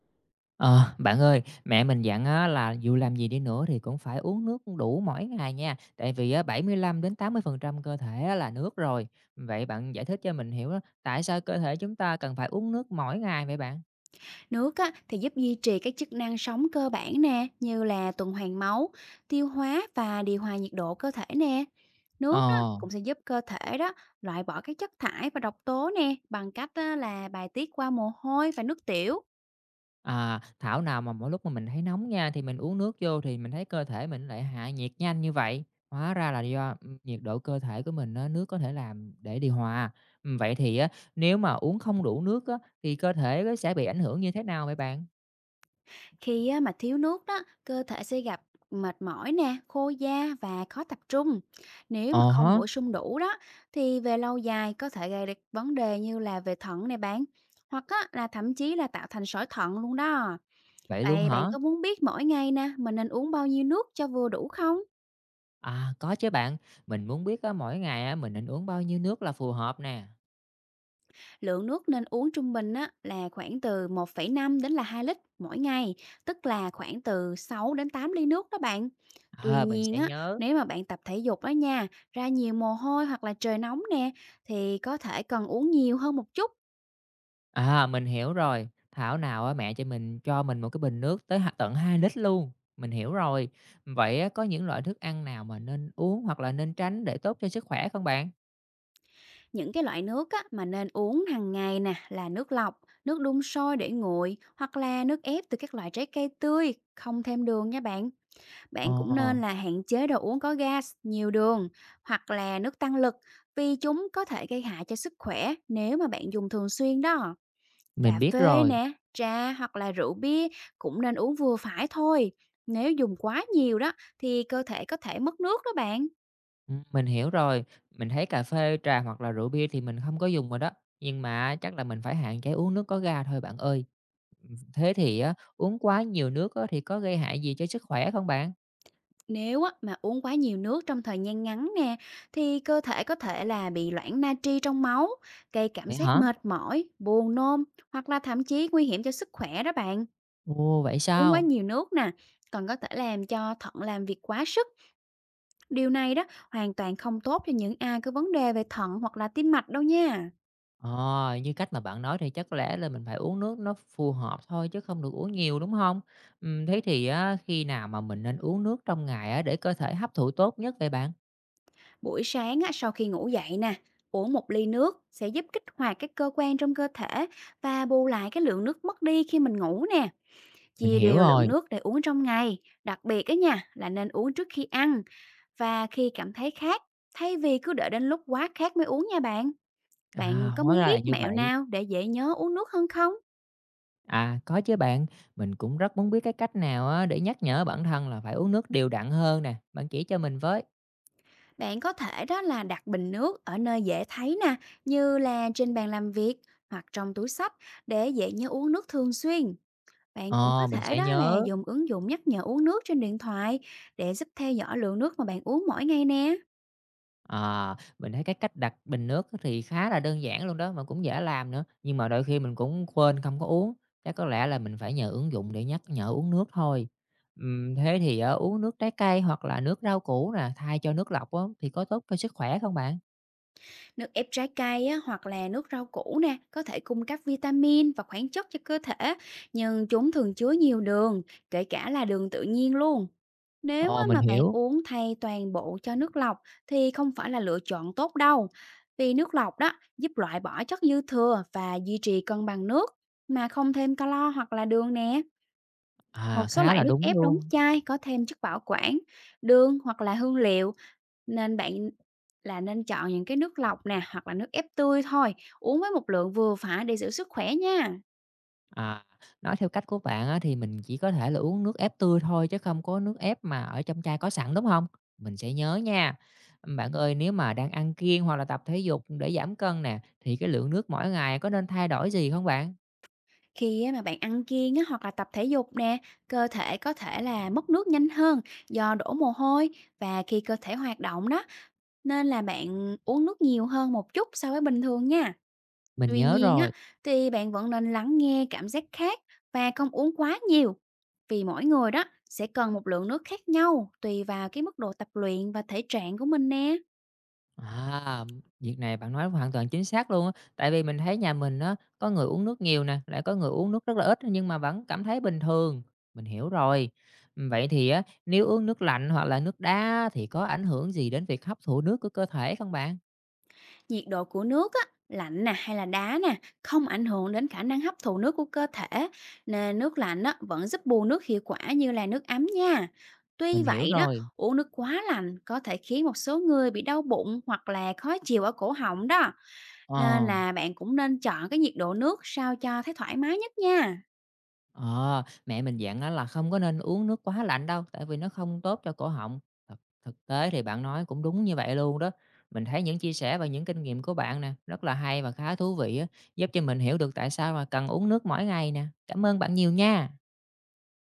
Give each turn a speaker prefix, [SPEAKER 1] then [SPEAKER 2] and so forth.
[SPEAKER 1] Ờ, bạn ơi, mẹ mình dặn á, là dù làm gì đi nữa thì cũng phải uống nước đủ mỗi ngày nha, tại vì á, 75-80% cơ thể á, là nước rồi. Vậy bạn giải thích cho mình hiểu á, tại sao cơ thể chúng ta cần phải uống nước mỗi ngày vậy bạn?
[SPEAKER 2] Nước á, thì giúp duy trì các chức năng sống cơ bản nè, như là tuần hoàn máu, tiêu hóa và điều hòa nhiệt độ cơ thể nè. Nước đó
[SPEAKER 1] Ờ,
[SPEAKER 2] cũng sẽ giúp cơ thể đó loại bỏ các chất thải và độc tố nè bằng cách á, là bài tiết qua mồ hôi và nước tiểu.
[SPEAKER 1] à, thảo nào mà mỗi lúc mà mình thấy nóng nha thì mình uống nước vô thì mình thấy cơ thể mình lại hạ nhiệt nhanh như vậy. Hóa ra là do nhiệt độ cơ thể của mình á, nước có thể làm để điều hòa. Ừ, vậy thì á, nếu mà uống không đủ nước á, thì cơ thể nó sẽ bị ảnh hưởng như thế nào vậy bạn?
[SPEAKER 2] Khi á, mà thiếu nước đó, cơ thể sẽ gặp mệt mỏi nè, khô da và khó tập trung. Nếu mà
[SPEAKER 1] Ờ
[SPEAKER 2] không
[SPEAKER 1] hả,
[SPEAKER 2] bổ sung đủ đó thì về lâu dài có thể gây ra vấn đề như là về thận nè bạn, hoặc á, là thậm chí là tạo thành sỏi thận luôn đó.
[SPEAKER 1] vậy luôn
[SPEAKER 2] Vậy
[SPEAKER 1] hả?
[SPEAKER 2] bạn có muốn biết mỗi ngày nè, mình nên uống bao nhiêu nước cho vừa đủ không?
[SPEAKER 1] À, có chứ bạn, mình muốn biết á, mỗi ngày á, mình nên uống bao nhiêu nước là phù hợp nè.
[SPEAKER 2] Lượng nước nên uống trung bình á, là khoảng từ 1,5 đến là 2 lít mỗi ngày, tức là khoảng từ 6 đến 8 ly nước đó bạn. Tuy
[SPEAKER 1] À, mình
[SPEAKER 2] nhiên
[SPEAKER 1] sẽ
[SPEAKER 2] á,
[SPEAKER 1] nhớ.
[SPEAKER 2] nếu mà bạn tập thể dục đó nha, ra nhiều mồ hôi hoặc là trời nóng nè, thì có thể cần uống nhiều hơn một chút.
[SPEAKER 1] À, mình hiểu rồi, thảo nào á, mẹ cho mình một cái bình nước tới h tận 2 lít luôn, mình hiểu rồi. Vậy á, có những loại thức ăn nào mà nên uống hoặc là nên tránh để tốt cho sức khỏe không bạn?
[SPEAKER 2] Những cái loại nước á, mà nên uống hàng ngày nè là nước lọc, nước đun sôi để nguội hoặc là nước ép từ các loại trái cây tươi, không thêm đường nha bạn.
[SPEAKER 1] Ờ,
[SPEAKER 2] Bạn cũng nên là hạn chế đồ uống có gas, nhiều đường hoặc là nước tăng lực, vì chúng có thể gây hại cho sức khỏe nếu mà bạn dùng thường xuyên đó.
[SPEAKER 1] mình
[SPEAKER 2] Cà
[SPEAKER 1] biết
[SPEAKER 2] phê
[SPEAKER 1] rồi,
[SPEAKER 2] nè, trà hoặc là rượu bia cũng nên uống vừa phải thôi. Nếu dùng quá nhiều đó thì cơ thể có thể mất nước đó bạn.
[SPEAKER 1] mình hiểu rồi. Mình thấy cà phê, trà hoặc là rượu bia thì mình không có dùng rồi đó, nhưng mà chắc là mình phải hạn chế uống nước có ga thôi bạn ơi. Thế thì á, uống quá nhiều nước á thì có gây hại gì cho sức khỏe không bạn?
[SPEAKER 2] Nếu á, mà uống quá nhiều nước trong thời gian ngắn nè thì cơ thể có thể là bị loãng natri trong máu, gây cảm
[SPEAKER 1] Vậy
[SPEAKER 2] giác
[SPEAKER 1] hả?
[SPEAKER 2] mệt mỏi, buồn nôn hoặc là thậm chí nguy hiểm cho sức khỏe đó bạn.
[SPEAKER 1] Ồ, vậy
[SPEAKER 2] Uống quá
[SPEAKER 1] sao?
[SPEAKER 2] nhiều nước nè, còn có thể làm cho thận làm việc quá sức. Điều này đó hoàn toàn không tốt cho những ai có vấn đề về thận hoặc là tim mạch đâu nha.
[SPEAKER 1] Ờ, như cách mà bạn nói thì chắc có lẽ là mình phải uống nước nó phù hợp thôi chứ không được uống nhiều, đúng không? Thế thì á, khi nào mà mình nên uống nước trong ngày á để cơ thể hấp thụ tốt nhất vậy bạn?
[SPEAKER 2] Buổi sáng á, sau khi ngủ dậy nè, uống một ly nước sẽ giúp kích hoạt các cơ quan trong cơ thể và bù lại cái lượng nước mất đi khi mình ngủ nè.
[SPEAKER 1] Mình
[SPEAKER 2] Chia
[SPEAKER 1] hiểu
[SPEAKER 2] đều
[SPEAKER 1] rồi.
[SPEAKER 2] lượng nước để uống trong ngày, đặc biệt á nha là nên uống trước khi ăn và khi cảm thấy khát, thay vì cứ đợi đến lúc quá khát mới uống nha bạn.
[SPEAKER 1] À,
[SPEAKER 2] Bạn có
[SPEAKER 1] hóa
[SPEAKER 2] muốn
[SPEAKER 1] ra là
[SPEAKER 2] biết
[SPEAKER 1] như
[SPEAKER 2] mẹo
[SPEAKER 1] vậy.
[SPEAKER 2] nào để dễ nhớ uống nước hơn không?
[SPEAKER 1] À, có chứ bạn, mình cũng rất muốn biết cái cách nào á để nhắc nhở bản thân là phải uống nước đều đặn hơn nè, bạn chỉ cho mình với.
[SPEAKER 2] Bạn có thể đó là đặt bình nước ở nơi dễ thấy nè, như là trên bàn làm việc hoặc trong túi xách, để dễ nhớ uống nước thường xuyên. Bạn cũng
[SPEAKER 1] Ờ,
[SPEAKER 2] có
[SPEAKER 1] mình
[SPEAKER 2] thể
[SPEAKER 1] sẽ
[SPEAKER 2] đó là
[SPEAKER 1] nhớ.
[SPEAKER 2] dùng ứng dụng nhắc nhở uống nước trên điện thoại để giúp theo dõi lượng nước mà bạn uống mỗi ngày nè.
[SPEAKER 1] À, mình thấy cái cách đặt bình nước thì khá là đơn giản luôn đó, mà cũng dễ làm nữa, nhưng mà đôi khi mình cũng quên không có uống, chắc có lẽ là mình phải nhờ ứng dụng để nhắc nhở uống nước thôi. Thế thì á, uống nước trái cây hoặc là nước rau củ nè, thay cho nước lọc á, thì có tốt cho sức khỏe không bạn?
[SPEAKER 2] Nước ép trái cây á, hoặc là nước rau củ nè, có thể cung cấp vitamin và khoáng chất cho cơ thể, nhưng chúng thường chứa nhiều đường, kể cả là đường tự nhiên luôn. Nếu
[SPEAKER 1] Ồ,
[SPEAKER 2] á,
[SPEAKER 1] mình
[SPEAKER 2] mà bạn
[SPEAKER 1] hiểu.
[SPEAKER 2] uống thay toàn bộ cho nước lọc thì không phải là lựa chọn tốt đâu, vì nước lọc đó giúp loại bỏ chất dư thừa và duy trì cân bằng nước mà không thêm calo hoặc là đường nè. Một
[SPEAKER 1] À,
[SPEAKER 2] số
[SPEAKER 1] khá
[SPEAKER 2] loại
[SPEAKER 1] là
[SPEAKER 2] nước
[SPEAKER 1] đúng
[SPEAKER 2] ép đóng
[SPEAKER 1] luôn.
[SPEAKER 2] chai có thêm chất bảo quản, đường hoặc là hương liệu, nên bạn là nên chọn những cái nước lọc nè, hoặc là nước ép tươi thôi, uống với một lượng vừa phải để giữ sức khỏe nha.
[SPEAKER 1] À, nói theo cách của bạn á, thì mình chỉ có thể là uống nước ép tươi thôi chứ không có nước ép mà ở trong chai có sẵn, đúng không? Mình sẽ nhớ nha. Bạn ơi, nếu mà đang ăn kiêng hoặc là tập thể dục để giảm cân nè, thì cái lượng nước mỗi ngày có nên thay đổi gì không bạn?
[SPEAKER 2] Khi á mà bạn ăn kiêng á, hoặc là tập thể dục nè, cơ thể có thể là mất nước nhanh hơn do đổ mồ hôi và khi cơ thể hoạt động đó, nên là bạn uống nước nhiều hơn một chút so với bình thường nha.
[SPEAKER 1] Mình
[SPEAKER 2] Tuy
[SPEAKER 1] nhớ
[SPEAKER 2] nhiên á,
[SPEAKER 1] rồi.
[SPEAKER 2] thì bạn vẫn nên lắng nghe cảm giác khác và không uống quá nhiều. Vì mỗi người đó sẽ cần một lượng nước khác nhau tùy vào cái mức độ tập luyện và thể trạng của mình nè.
[SPEAKER 1] À, việc này bạn nói hoàn toàn chính xác luôn á. Tại vì mình thấy nhà mình á, có người uống nước nhiều nè, lại có người uống nước rất là ít nhưng mà vẫn cảm thấy bình thường. Mình hiểu rồi. Ừ, vậy thì á, nếu uống nước lạnh hoặc là nước đá thì có ảnh hưởng gì đến việc hấp thụ nước của cơ thể không bạn?
[SPEAKER 2] Nhiệt độ của nước á, lạnh nè hay là đá nè, không ảnh hưởng đến khả năng hấp thụ nước của cơ thể, nên nước lạnh á, vẫn giúp bù nước hiệu quả như là nước ấm nha.
[SPEAKER 1] Mình
[SPEAKER 2] Tuy
[SPEAKER 1] hiểu
[SPEAKER 2] vậy đó,
[SPEAKER 1] rồi.
[SPEAKER 2] uống nước quá lạnh có thể khiến một số người bị đau bụng hoặc là khó chịu ở cổ họng đó. Nên
[SPEAKER 1] Ờ.
[SPEAKER 2] là bạn cũng nên chọn cái nhiệt độ nước sao cho thấy thoải mái nhất nha.
[SPEAKER 1] Ờ, mẹ mình dặn á là không có nên uống nước quá lạnh đâu, tại vì nó không tốt cho cổ họng. Thật Thực tế thì bạn nói cũng đúng như vậy luôn đó. Mình thấy những chia sẻ và những kinh nghiệm của bạn nè, rất là hay và khá thú vị á, giúp cho mình hiểu được tại sao mà cần uống nước mỗi ngày nè. Cảm ơn bạn nhiều nha.